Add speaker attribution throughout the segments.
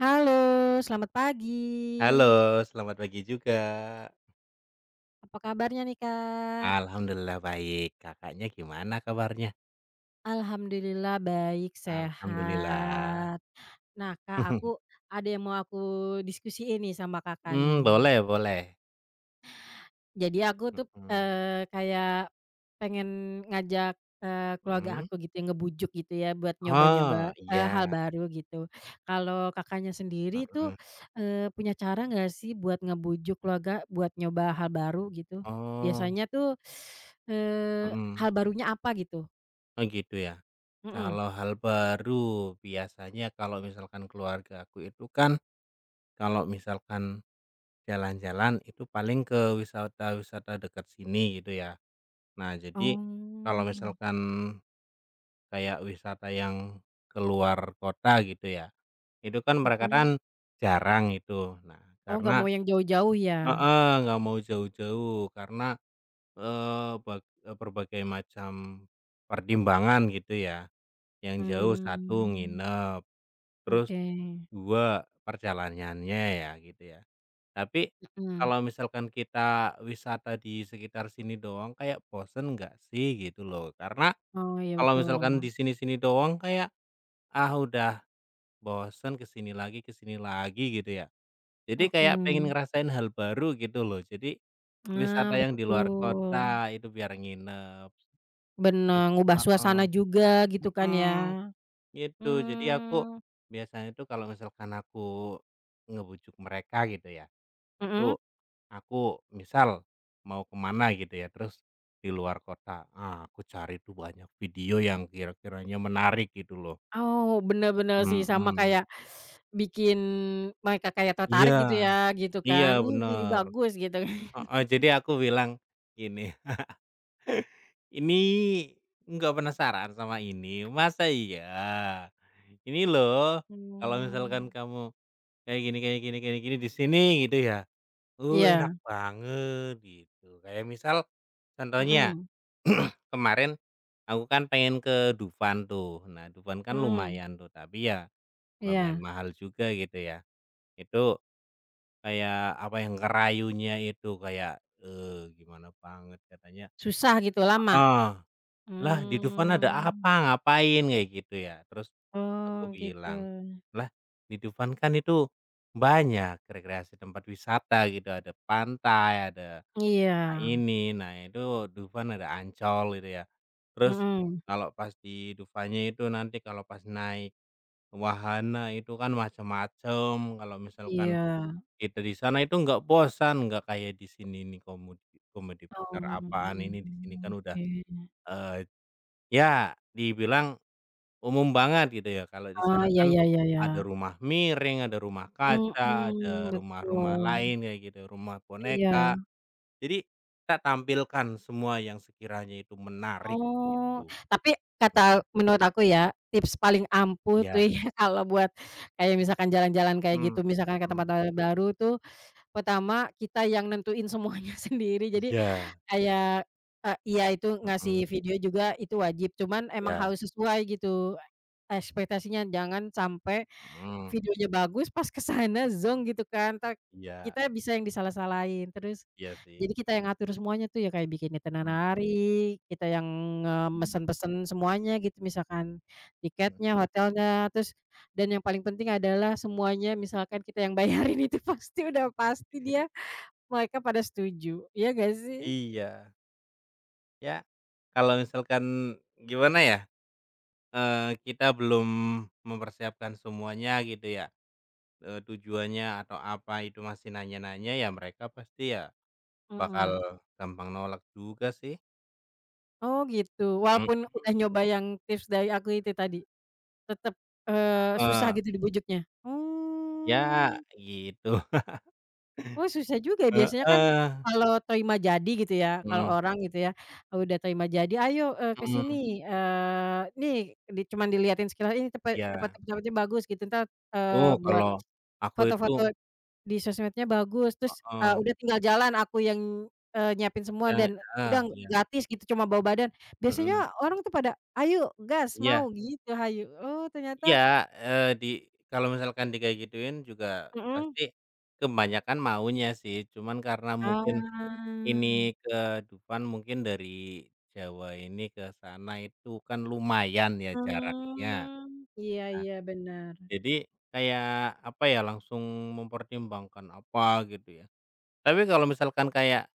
Speaker 1: Halo, selamat pagi.
Speaker 2: Halo, selamat pagi juga.
Speaker 1: Apa kabarnya nih, Kak?
Speaker 2: Alhamdulillah baik. Kakaknya gimana kabarnya?
Speaker 1: Alhamdulillah baik,
Speaker 2: Alhamdulillah.
Speaker 1: sehat. Nah, Kak, aku ada yang mau aku diskusiin nih sama Kakak
Speaker 2: Mmm,
Speaker 1: nih.
Speaker 2: boleh boleh.
Speaker 1: Jadi aku tuh,
Speaker 2: Mhm,
Speaker 1: kayak pengen ngajak, keluarga
Speaker 2: mhm.
Speaker 1: aku gitu ya, ngebujuk gitu ya buat
Speaker 2: Oh,
Speaker 1: nyoba-nyoba, hal
Speaker 2: iya,
Speaker 1: baru gitu. Kalau Kakaknya sendiri tuh,
Speaker 2: mhm.
Speaker 1: punya cara nggak sih buat ngebujuk keluarga buat nyoba hal baru gitu?
Speaker 2: Oh,
Speaker 1: Biasanya tuh, eee,
Speaker 2: mhm.
Speaker 1: hal barunya apa gitu?
Speaker 2: Oh, gitu ya.
Speaker 1: Mhm.
Speaker 2: Kalau hal baru, biasanya kalau misalkan keluarga aku itu kan, kalau misalkan jalan-jalan itu paling ke wisata-wisata dekat sini gitu ya. Nah, jadi
Speaker 1: Oh,
Speaker 2: kalau misalkan kayak wisata yang keluar kota gitu ya, itu kan mereka
Speaker 1: mhm.
Speaker 2: kan jarang itu. Nah,
Speaker 1: Oh, nggak
Speaker 2: karena
Speaker 1: mau yang jauh-jauh ya?
Speaker 2: heeh, nggak mau jauh-jauh karena, berbagai macam pertimbangan gitu ya. Yang jauh satu
Speaker 1: Mmm,
Speaker 2: nginep, terus
Speaker 1: oke.
Speaker 2: 2 perjalanannya ya gitu ya. Tapi
Speaker 1: Mhm.
Speaker 2: kalau misalkan kita wisata di sekitar sini doang kayak bosen nggak sih gitu loh. Karena
Speaker 1: Oh, iya
Speaker 2: kalau misalkan
Speaker 1: betul.
Speaker 2: di sini-sini doang kayak, ah, udah bosen ke sini lagi gitu ya. Jadi kayak pengen
Speaker 1: Mhm.
Speaker 2: ngerasain hal baru gitu loh. Jadi
Speaker 1: Ah,
Speaker 2: wisata yang di luar
Speaker 1: betul.
Speaker 2: kota itu biar nginep
Speaker 1: Bener,
Speaker 2: terus
Speaker 1: ngubah suasana
Speaker 2: heeh,
Speaker 1: juga gitu kan ya.
Speaker 2: mhm, gitu. Jadi aku
Speaker 1: Mmm,
Speaker 2: biasanya tuh kalau misalkan aku ngebujuk mereka gitu ya, itu
Speaker 1: mhm?
Speaker 2: aku misal mau kemana gitu ya, terus di luar kota, ah, aku cari tuh banyak video yang kira-kiranya menarik gitu loh.
Speaker 1: Oh, bener bener sih sama
Speaker 2: Mhm.
Speaker 1: kayak bikin mereka kayak
Speaker 2: Iya,
Speaker 1: tertarik gitu ya, gitu
Speaker 2: iya,
Speaker 1: kan. Ih, jadi
Speaker 2: bener.
Speaker 1: bagus gitu kan.
Speaker 2: Heeh, jadi aku bilang gini, "Ini nggak penasaran sama ini? Masa iya? Ini loh, kalau
Speaker 1: Mmm,
Speaker 2: misalkan kamu kayak gini kayak gini kayak gini di sini," gitu ya, enak
Speaker 1: iya,
Speaker 2: banget," gitu. Kayak misal contohnya,
Speaker 1: mhm
Speaker 2: kemarin aku kan pengen ke Dufan tuh. Nah, Dufan kan
Speaker 1: mhm,
Speaker 2: lumayan tuh, tapi ya lumayan
Speaker 1: iya.
Speaker 2: mahal juga gitu ya. Itu kayak apa yang kerayunya itu kayak, eh gimana banget katanya
Speaker 1: Susah gitu, lama?
Speaker 2: heeh. "Lah di Dufan ada
Speaker 1: Mmm,
Speaker 2: apa? Ngapain?" Kayak gitu ya. Terus
Speaker 1: oh
Speaker 2: aku
Speaker 1: gitu.
Speaker 2: bilang, "Lah di Dufan kan itu banyak rekreasi tempat wisata gitu, ada pantai, ada
Speaker 1: Iya,
Speaker 2: nah ini, nah itu Dufan ada Ancol," gitu ya. "Terus
Speaker 1: mhm,
Speaker 2: kalau pas di Dufannya itu nanti kalau pas naik wahana itu kan macam-macam kalau misalkan
Speaker 1: iya.
Speaker 2: kita di sana itu nggak bosan, nggak kayak di sini nih komedi komedi putar apaan
Speaker 1: Oh,
Speaker 2: ini, di sini kan udah,"
Speaker 1: oke.
Speaker 2: eee, ya dibilang umum banget gitu ya, kalau di
Speaker 1: Oh,
Speaker 2: sana
Speaker 1: ya
Speaker 2: kan
Speaker 1: ya ya ya.
Speaker 2: ada rumah miring, ada rumah kaca,
Speaker 1: Mhm,
Speaker 2: ada rumah-rumah
Speaker 1: betul,
Speaker 2: lain kayak gitu, rumah
Speaker 1: iya.
Speaker 2: boneka. Jadi kita tampilkan semua yang sekiranya itu menarik
Speaker 1: Oh,
Speaker 2: gitu,
Speaker 1: tapi kata
Speaker 2: mhm,
Speaker 1: menurut aku ya, tips paling ampuh tuh
Speaker 2: iya,
Speaker 1: ya kalau buat kayak misalkan jalan-jalan kayak
Speaker 2: mhm,
Speaker 1: gitu, misalkan ke tempat
Speaker 2: mhm,
Speaker 1: baru tuh, pertama kita yang nentuin semuanya sendiri. Jadi
Speaker 2: iya,
Speaker 1: kayak, iya itu
Speaker 2: mhm,
Speaker 1: ngasih video juga itu wajib, cuman emang
Speaker 2: iya,
Speaker 1: harus sesuai gitu ekspektasinya, jangan sampai
Speaker 2: mhm,
Speaker 1: videonya bagus pas ke sana zonk gitu kan, entar
Speaker 2: iya,
Speaker 1: kita bisa yang disalah-salahin. Terus,
Speaker 2: iya sih,
Speaker 1: jadi kita yang ngatur semuanya tuh ya kayak bikin
Speaker 2: mhm,
Speaker 1: itinerary, kita yang
Speaker 2: mhm,
Speaker 1: nge-mesen-pesen semuanya gitu misalkan tiketnya,
Speaker 2: mhm,
Speaker 1: hotelnya, terus dan yang paling penting adalah semuanya misalkan kita yang bayarin itu pasti udah pasti mereka pada setuju, ya nggak sih?
Speaker 2: iya, ya kalau misalkan gimana ya, kita belum mempersiapkan semuanya gitu ya. Tujuannya atau apa itu masih nanya-nanya ya mereka pasti ya
Speaker 1: Mhm.
Speaker 2: bakal gampang nolak juga sih.
Speaker 1: Oh gitu, walaupun udah nyoba yang tips dari aku itu tadi, tetap susah
Speaker 2: Heeh,
Speaker 1: gitu dibujuknya? Oh.
Speaker 2: ya gitu.
Speaker 1: Oh susah juga ya, biasanya kan
Speaker 2: Heeh,
Speaker 1: kalau terima jadi gitu ya, kalau
Speaker 2: mhm,
Speaker 1: orang gitu ya, udah terima jadi, "Ayo, ke
Speaker 2: mhm,
Speaker 1: sini, nih," cuman diliatin sekilas, "Ini tempat tempat
Speaker 2: iya.
Speaker 1: tempatnya bagus," gitu, entar,
Speaker 2: Oh
Speaker 1: buat
Speaker 2: kalau aku itu
Speaker 1: foto-foto di sosmednya bagus, terus,
Speaker 2: heeh,
Speaker 1: udah tinggal jalan aku yang, nyiapin semua
Speaker 2: ya
Speaker 1: dan
Speaker 2: heeh,
Speaker 1: udah
Speaker 2: iya,
Speaker 1: gratis gitu, cuma bawa badan. Biasanya
Speaker 2: mhm,
Speaker 1: orang tuh pada, "Ayo gas,
Speaker 2: iya,
Speaker 1: mau," gitu, hayu. Oh ternyata
Speaker 2: iya, eee, di kalau misalkan di kayak gituin juga
Speaker 1: mhm,
Speaker 2: pasti kebanyakan maunya sih, cuman karena mungkin
Speaker 1: ah,
Speaker 2: ini ke Dufan mungkin dari Jawa ini ke sana itu kan lumayan ya jaraknya.
Speaker 1: mmm, iya
Speaker 2: Nah,
Speaker 1: iya, bener.
Speaker 2: jadi kayak, apa ya, langsung mempertimbangkan apa gitu ya. Tapi kalau misalkan kayak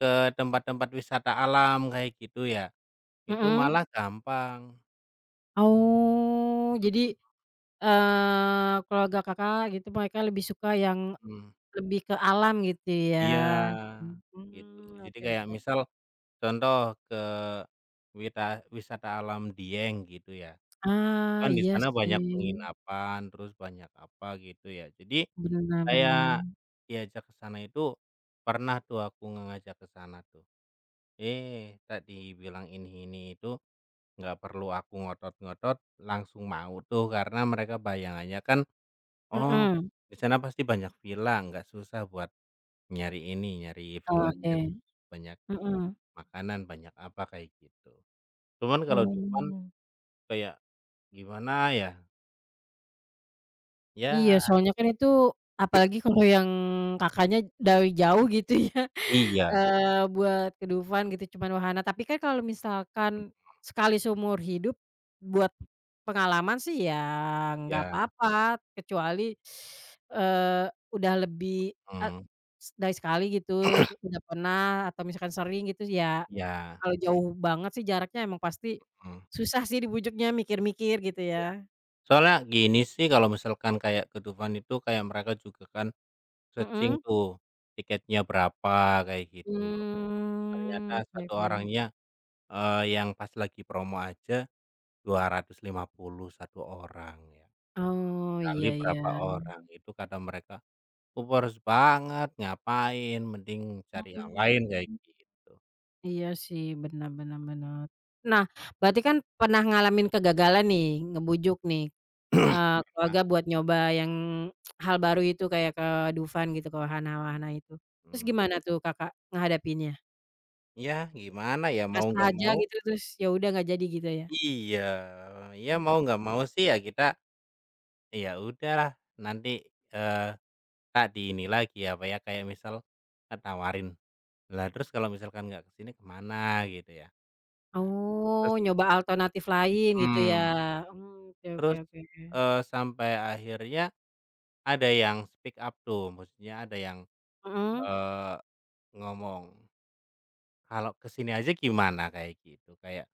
Speaker 2: ke tempat-tempat wisata alam kayak gitu ya, itu
Speaker 1: Mhm.
Speaker 2: malah gampang.
Speaker 1: Oh, jadi, keluarga Kakak gitu mereka lebih suka yang
Speaker 2: Mhm,
Speaker 1: lebih ke alam gitu ya?
Speaker 2: iya, gitu.
Speaker 1: Mhm,
Speaker 2: Jadi
Speaker 1: oke
Speaker 2: kayak
Speaker 1: oke.
Speaker 2: misal contoh ke wita wisata alam Dieng gitu ya.
Speaker 1: Ah,
Speaker 2: Kan di
Speaker 1: iya
Speaker 2: sana banyak
Speaker 1: sih,
Speaker 2: penginapan, terus banyak apa gitu ya. Jadi
Speaker 1: benar benar.
Speaker 2: saya diajak ke sana itu pernah tuh aku ngajak ke sana tuh. Eh, tak dibilang ini itu nggak perlu aku ngotot-ngotot langsung mau tuh karena mereka bayangannya kan, oh
Speaker 1: Mhm,
Speaker 2: di sana pasti banyak villa, nggak susah buat nyari ini, nyari villanya,
Speaker 1: oke,
Speaker 2: terus banyak
Speaker 1: mhm.
Speaker 2: makanan, banyak apa kayak gitu. Cuman kalau Dufan
Speaker 1: Oh,
Speaker 2: kayak gimana ya,
Speaker 1: iya
Speaker 2: ya
Speaker 1: soalnya kan itu apalagi kalau yang Kakaknya dari jauh gitu ya.
Speaker 2: iya,
Speaker 1: Buat ke Dufan gitu cuman wahana, tapi kan kalau misalkan sekali seumur hidup buat pengalaman sih ya nggak
Speaker 2: iya.
Speaker 1: apa-apa, kecuali, eee, udah lebih e
Speaker 2: Mmm,
Speaker 1: s dari sekali gitu, terus udah pernah atau misalkan sering gitu ya,
Speaker 2: iya,
Speaker 1: kalau jauh banget sih jaraknya emang pasti
Speaker 2: mhm,
Speaker 1: susah sih dibujuknya, mikir-mikir gitu
Speaker 2: iya.
Speaker 1: ya.
Speaker 2: Soalnya gini sih kalau misalkan kayak ke Dufan itu kayak mereka juga kan searching
Speaker 1: Mhm,
Speaker 2: tuh tiketnya berapa kayak gitu loh.
Speaker 1: mmm,
Speaker 2: Ternyata
Speaker 1: oke
Speaker 2: satu
Speaker 1: oke.
Speaker 2: orangnya, yang pas lagi promo aja 250 satu orang ya,
Speaker 1: Oh, iya
Speaker 2: dikali
Speaker 1: iya.
Speaker 2: berapa orang, itu kata mereka, "Oh banget, ngapain, mending cari yang lain," kayak
Speaker 1: Mhm.
Speaker 2: gitu.
Speaker 1: Iya sih, benar benar benar. Nah, berarti kan pernah ngalamin kegagalan nih, ngebujuk nih,
Speaker 2: Iya,
Speaker 1: keluarga buat nyoba yang hal baru itu kayak ke Dufan gitu, ke wahana-wahana itu. Terus
Speaker 2: mhm.
Speaker 1: gimana tuh Kakak ngehadapinnya?
Speaker 2: Ya gimana ya, mau
Speaker 1: Pasrah
Speaker 2: nggak
Speaker 1: aja
Speaker 2: mau
Speaker 1: gitu terus ya udah nggak jadi gitu ya?
Speaker 2: iya, ya mau nggak mau sih ya kita, ya udahlah nanti, eee, tak di ini lagi apa ya, kayak misal, eee, "Lah terus kalau misalkan nggak kesini kemana gitu ya." Nah,
Speaker 1: Oh,
Speaker 2: terus
Speaker 1: nyoba alternatif lain gitu ya?
Speaker 2: mmm,
Speaker 1: Mmm, oke oke
Speaker 2: terus,
Speaker 1: oke oke.
Speaker 2: sampai akhirnya ada yang speak up tuh, maksudnya ada yang,
Speaker 1: Mhm?
Speaker 2: eee, ngomong, "Kalau kesini aja gimana?" Kayak gitu, kayak,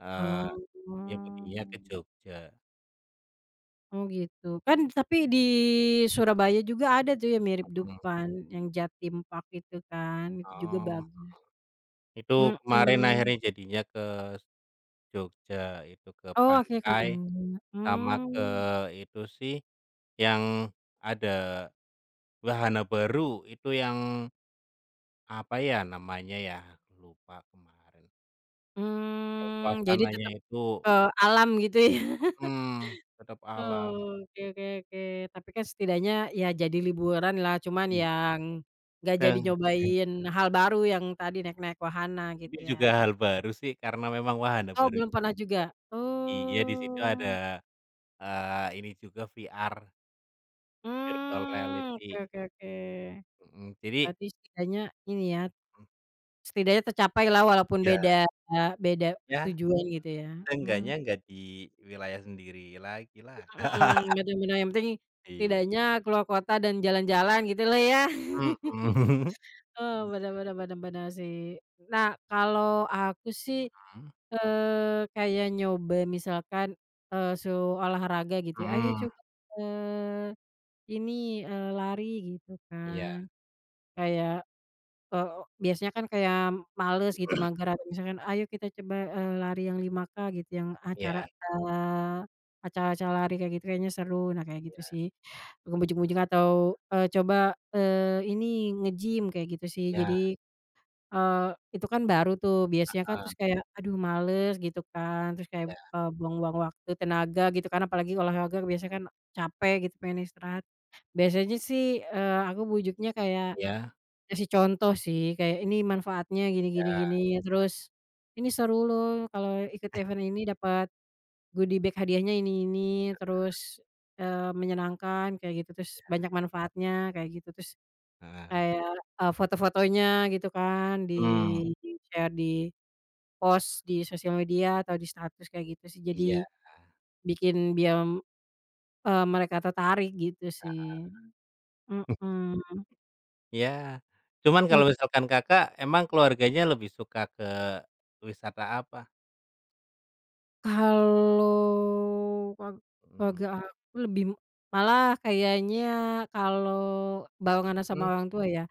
Speaker 2: eee,
Speaker 1: Oh.
Speaker 2: nyebutnya ke Jogja.
Speaker 1: Oh gitu, kan tapi di Surabaya juga ada tuh yang mirip
Speaker 2: Mhm,
Speaker 1: dupan yang Jatim Park itu kan, itu juga
Speaker 2: oh,
Speaker 1: bagus.
Speaker 2: itu kemarin
Speaker 1: Mhm.
Speaker 2: akhirnya jadinya ke Jogja, itu ke
Speaker 1: Oh, akhirnya ke
Speaker 2: pantai
Speaker 1: Jogja.
Speaker 2: sama ke
Speaker 1: Mmm,
Speaker 2: itu sih, yang ada wahana baru itu yang apa ya namanya ya, aku lupa kemarin. Yang
Speaker 1: mmm, jadi
Speaker 2: suasananya
Speaker 1: tetap
Speaker 2: itu
Speaker 1: ke alam gitu ya.
Speaker 2: mhm, tetap alam.
Speaker 1: Oke oke oke, tapi kan setidaknya ya jadi liburan lah, cuman
Speaker 2: Iya,
Speaker 1: yang nggak jadi
Speaker 2: teng
Speaker 1: nyobain hal baru yang tadi naik-naik wahana gitu
Speaker 2: ini juga
Speaker 1: ya.
Speaker 2: hal baru sih karena memang wahana
Speaker 1: Oh
Speaker 2: baru
Speaker 1: belum pernah
Speaker 2: juga.
Speaker 1: juga?
Speaker 2: Iya, di situ ada,
Speaker 1: Oh.
Speaker 2: ini juga VR, virtual
Speaker 1: Mmm, oke
Speaker 2: reality,
Speaker 1: oke oke.
Speaker 2: mhm, jadi
Speaker 1: Berarti setidaknya ini ya,
Speaker 2: mhm,
Speaker 1: setidaknya tercapailah walaupun
Speaker 2: ya
Speaker 1: beda beda
Speaker 2: ya.
Speaker 1: tujuan gitu ya? Mmm,
Speaker 2: Seenggaknya nggak di wilayah sendiri lagi lah.
Speaker 1: mhm, bener bener yang penting
Speaker 2: Iya.
Speaker 1: setidaknya keluar kota dan jalan-jalan gitu gitulah ya.
Speaker 2: Mhm.
Speaker 1: Oh, bener
Speaker 2: Iya.
Speaker 1: bener bener bener sih. Nah, kalau aku sih, kayak nyoba misalkan, eee, su olahraga gitu ya, "Ayo
Speaker 2: Mhm, mhm.
Speaker 1: coba, eee, ini, lari," gitu
Speaker 2: Iya.
Speaker 1: kan. Kayak biasanya kan kayak males gitu mager atau misalkan, "Ayo kita coba, lari yang 5K gitu, yang acara
Speaker 2: Iya,
Speaker 1: acara-acara lari kayak gitu kayaknya seru. Nah kayak gitu
Speaker 2: iya,
Speaker 1: sih, bukan ujung-ujung atau, coba, ini nge-gym kayak gitu sih.
Speaker 2: iya,
Speaker 1: Jadi, eee, itu kan baru tuh biasanya kan
Speaker 2: heeh,
Speaker 1: terus kayak, "Aduh males," gitu kan, terus kayak,
Speaker 2: iya,
Speaker 1: buang-buang waktu, tenaga gitu kan, apalagi olahraga biasanya kan capek gitu, pengen istirahat. Biasanya sih, aku bujuknya kayak
Speaker 2: iya,
Speaker 1: ngasih contoh sih, kayak ini manfaatnya gini gini gini,
Speaker 2: iya,
Speaker 1: terus, "Ini seru loh kalau ikut event ini dapat goodie bag hadiahnya ini," terus, menyenangkan kayak gitu, terus banyak manfaatnya kayak gitu, terus
Speaker 2: heeh.
Speaker 1: kayak, foto-fotonya gitu kan
Speaker 2: Mhm,
Speaker 1: di-share, di-post di sosial media atau di status kayak gitu sih, jadi
Speaker 2: iya.
Speaker 1: bikin dia, mereka tertarik gitu sih, mhm, mhm.
Speaker 2: Iya. Cuman kalau misalkan Kakak, emang keluarganya lebih suka ke wisata apa?
Speaker 1: Kalau keluarga
Speaker 2: Mhm,
Speaker 1: aku lebih malah kayaknya kalau barenganan sama
Speaker 2: mmm,
Speaker 1: orang tua ya,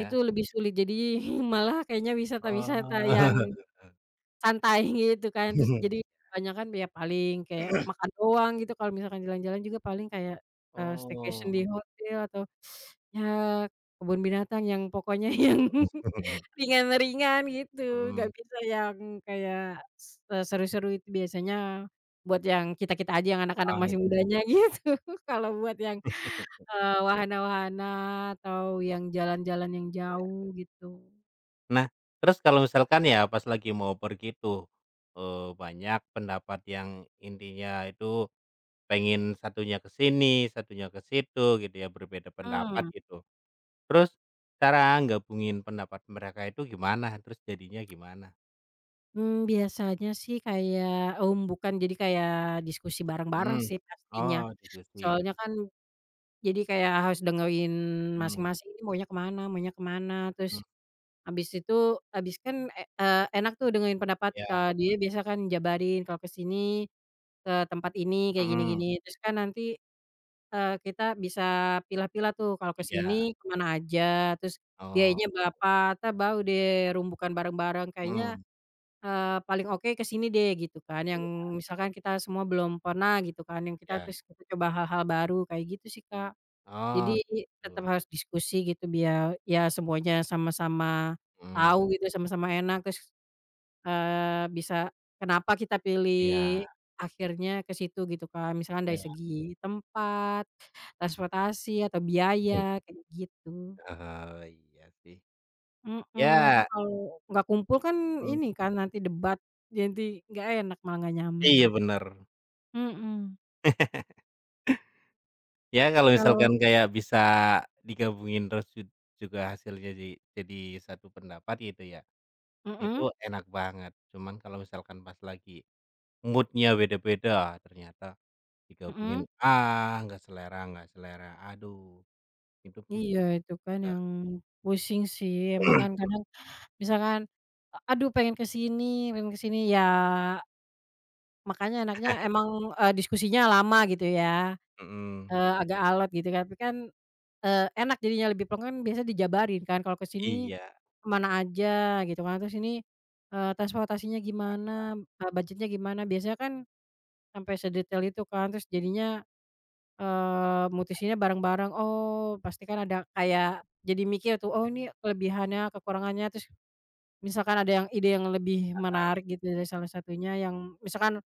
Speaker 1: itu lebih sulit. Jadi malah kayaknya wisata-wisata
Speaker 2: Oh.
Speaker 1: yang santai gitu kan, terus jadi kebanyakan ya paling kayak makan doang gitu, kalau misalkan jalan-jalan juga paling kayak, staycation di
Speaker 2: Oh.
Speaker 1: hotel atau ya kebun binatang yang pokoknya yang ringan-ringan gitu, nggak
Speaker 2: Mhm.
Speaker 1: bisa yang kayak seru-seru itu biasanya buat yang kita-kita aja yang anak-anak
Speaker 2: Oh,
Speaker 1: masih
Speaker 2: iya.
Speaker 1: mudanya gitu. Kalau buat yang,
Speaker 2: Iya.
Speaker 1: wahana-wahana atau yang jalan-jalan yang jauh gitu.
Speaker 2: Nah, terus kalau misalkan ya pas lagi mau pergi tuh, banyak pendapat yang intinya itu pengen satunya ke sini, satunya ke situ gitu ya, berbeda pendapat
Speaker 1: Mmm,
Speaker 2: gitu. Terus cara gabungin pendapat mereka itu gimana? Terus jadinya gimana?
Speaker 1: mmm, biasanya sih kayak bukan jadi kayak diskusi bareng-bareng
Speaker 2: Mhm.
Speaker 1: sih pastinya.
Speaker 2: Oh, diskusi.
Speaker 1: Soalnya kan jadi kayak harus dengerin
Speaker 2: Mmm,
Speaker 1: masing-masing ini maunya ke mana, terus.
Speaker 2: mhm,
Speaker 1: Habis itu, habis kan, enak tuh dengerin pendapat,
Speaker 2: ya
Speaker 1: dia biasa kan jabarin kalau ke sini, ke tempat ini kayak gini-gini.
Speaker 2: mhm,
Speaker 1: Terus kan nanti, kita bisa pilah-pilah tuh kalau ke
Speaker 2: iya.
Speaker 1: sini ke mana aja, terus
Speaker 2: Oh,
Speaker 1: biayanya berapa, entar baru deh rumbukan bareng-bareng kayaknya,
Speaker 2: mhm,
Speaker 1: paling oke ke sini deh gitu kan, yang
Speaker 2: iya,
Speaker 1: misalkan kita semua belum pernah gitu kan, yang kita
Speaker 2: iya.
Speaker 1: terus kita coba hal-hal baru kayak gitu sih, Kak. Jadi
Speaker 2: Oh,
Speaker 1: tetap
Speaker 2: gitu.
Speaker 1: harus diskusi gitu biar ya semuanya sama-sama
Speaker 2: Mhm,
Speaker 1: tahu gitu, sama-sama enak terus, bisa kenapa kita pilih
Speaker 2: iya,
Speaker 1: akhirnya ke situ gitu kan, misalkan dari
Speaker 2: iya.
Speaker 1: segi tempat, transportasi, atau biaya kayak gitu.
Speaker 2: Oh, iya sih.
Speaker 1: Mhm, kan
Speaker 2: Ya,
Speaker 1: kalau nggak kumpul kan
Speaker 2: mmm.
Speaker 1: ini kan nanti debat, jadi nggak enak malah nggak nyaman.
Speaker 2: Iya bener.
Speaker 1: Mhm,
Speaker 2: Ya kalau
Speaker 1: kalau
Speaker 2: misalkan kayak bisa digabungin terus juga hasilnya jadi satu pendapat gitu ya, itu
Speaker 1: mhm
Speaker 2: enak banget. Cuman kalau misalkan pas lagi moodnya beda-beda, ah, ternyata
Speaker 1: mhm,
Speaker 2: digabungin, ah, nggak selera, aduh itu
Speaker 1: iya
Speaker 2: pusing
Speaker 1: itu kan
Speaker 2: juga.
Speaker 1: yang pusing sih, emang kan kadang misalkan, aduh pengen ke sini, ya makanya enaknya emang, diskusinya lama gitu ya,
Speaker 2: Mhm,
Speaker 1: agak alot gitu kan, tapi kan, enak jadinya lebih plong kan biasanya dijabarin kan kalau ke sini,
Speaker 2: iya.
Speaker 1: ke aja gitu kan, terus ini, transportasinya gimana, budgetnya gimana, biasanya kan sampai sedetail itu kan, terus jadinya, mutusinnya bareng-bareng, oh pasti kan ada kayak jadi mikir tuh, oh ini kelebihannya, kekurangannya, terus misalkan ada yang ide yang lebih menarik gitu dari salah satunya yang misalkan,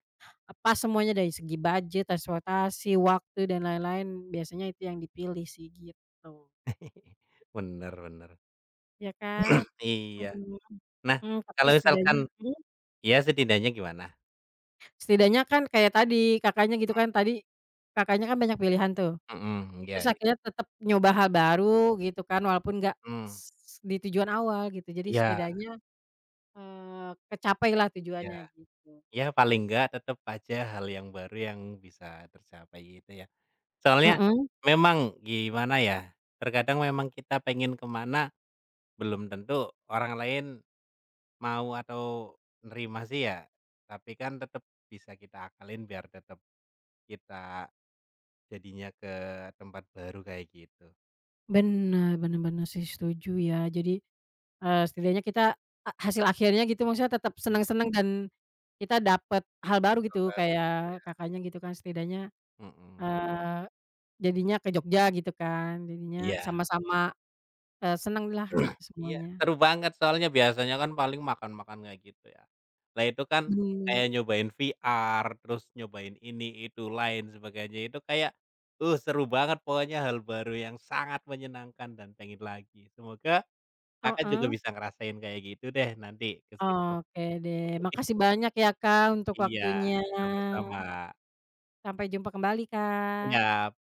Speaker 1: pas semuanya dari segi budget, transportasi, waktu, dan lain-lain biasanya itu yang dipilih sih gitu,
Speaker 2: Bener bener.
Speaker 1: ya kan?
Speaker 2: Iya.
Speaker 1: Mhm
Speaker 2: Nah,
Speaker 1: mhm, tapi
Speaker 2: kalau misalkan
Speaker 1: setidaknya mhm,
Speaker 2: ya setidaknya gimana?
Speaker 1: setidaknya kan kayak tadi Kakaknya gitu kan tadi, Kakaknya kan banyak pilihan tuh,
Speaker 2: Mhm, iya,
Speaker 1: terus
Speaker 2: iya.
Speaker 1: akhirnya tetap nyoba hal baru gitu kan walaupun nggak
Speaker 2: Mmm,
Speaker 1: di tujuan awal gitu jadi
Speaker 2: iya,
Speaker 1: setidaknya, kecapailah
Speaker 2: iya.
Speaker 1: tujuannya gitu.
Speaker 2: Ya paling nggak tetap aja hal yang baru yang bisa tercapai itu ya. Soalnya
Speaker 1: Mhm.
Speaker 2: memang gimana ya, terkadang memang kita pengen kemana belum tentu orang lain mau atau nerima sih ya, tapi kan tetap bisa kita akalin biar tetap kita jadinya ke tempat baru kayak gitu.
Speaker 1: Bener bener bener sih, setuju ya. Jadi, setidaknya kita hasil akhirnya gitu maksudnya tetap
Speaker 2: Iya,
Speaker 1: senang-senang dan kita dapat hal baru
Speaker 2: hal
Speaker 1: gitu,
Speaker 2: baru,
Speaker 1: kayak
Speaker 2: iya.
Speaker 1: Kakaknya gitu kan setidaknya,
Speaker 2: Mhm,
Speaker 1: eee, jadinya ke Jogja gitu kan, jadinya
Speaker 2: iya.
Speaker 1: sama-sama, seneng lah gitu
Speaker 2: Iya,
Speaker 1: semuanya.
Speaker 2: seru banget soalnya biasanya kan paling makan-makan kayak gitu ya. Lah itu kan
Speaker 1: Bener,
Speaker 2: kayak nyobain VR, terus nyobain ini, itu, lain sebagainya itu kayak, seru banget pokoknya hal baru yang sangat menyenangkan dan pengen lagi. Semoga Kakak juga
Speaker 1: heeh,
Speaker 2: bisa ngerasain kayak gitu deh nanti ke situ.
Speaker 1: oke deh. Makasih banyak ya Kak untuk
Speaker 2: Iya,
Speaker 1: waktunya.
Speaker 2: sama-sama.
Speaker 1: Sampai jumpa kembali, Kak.
Speaker 2: Iya.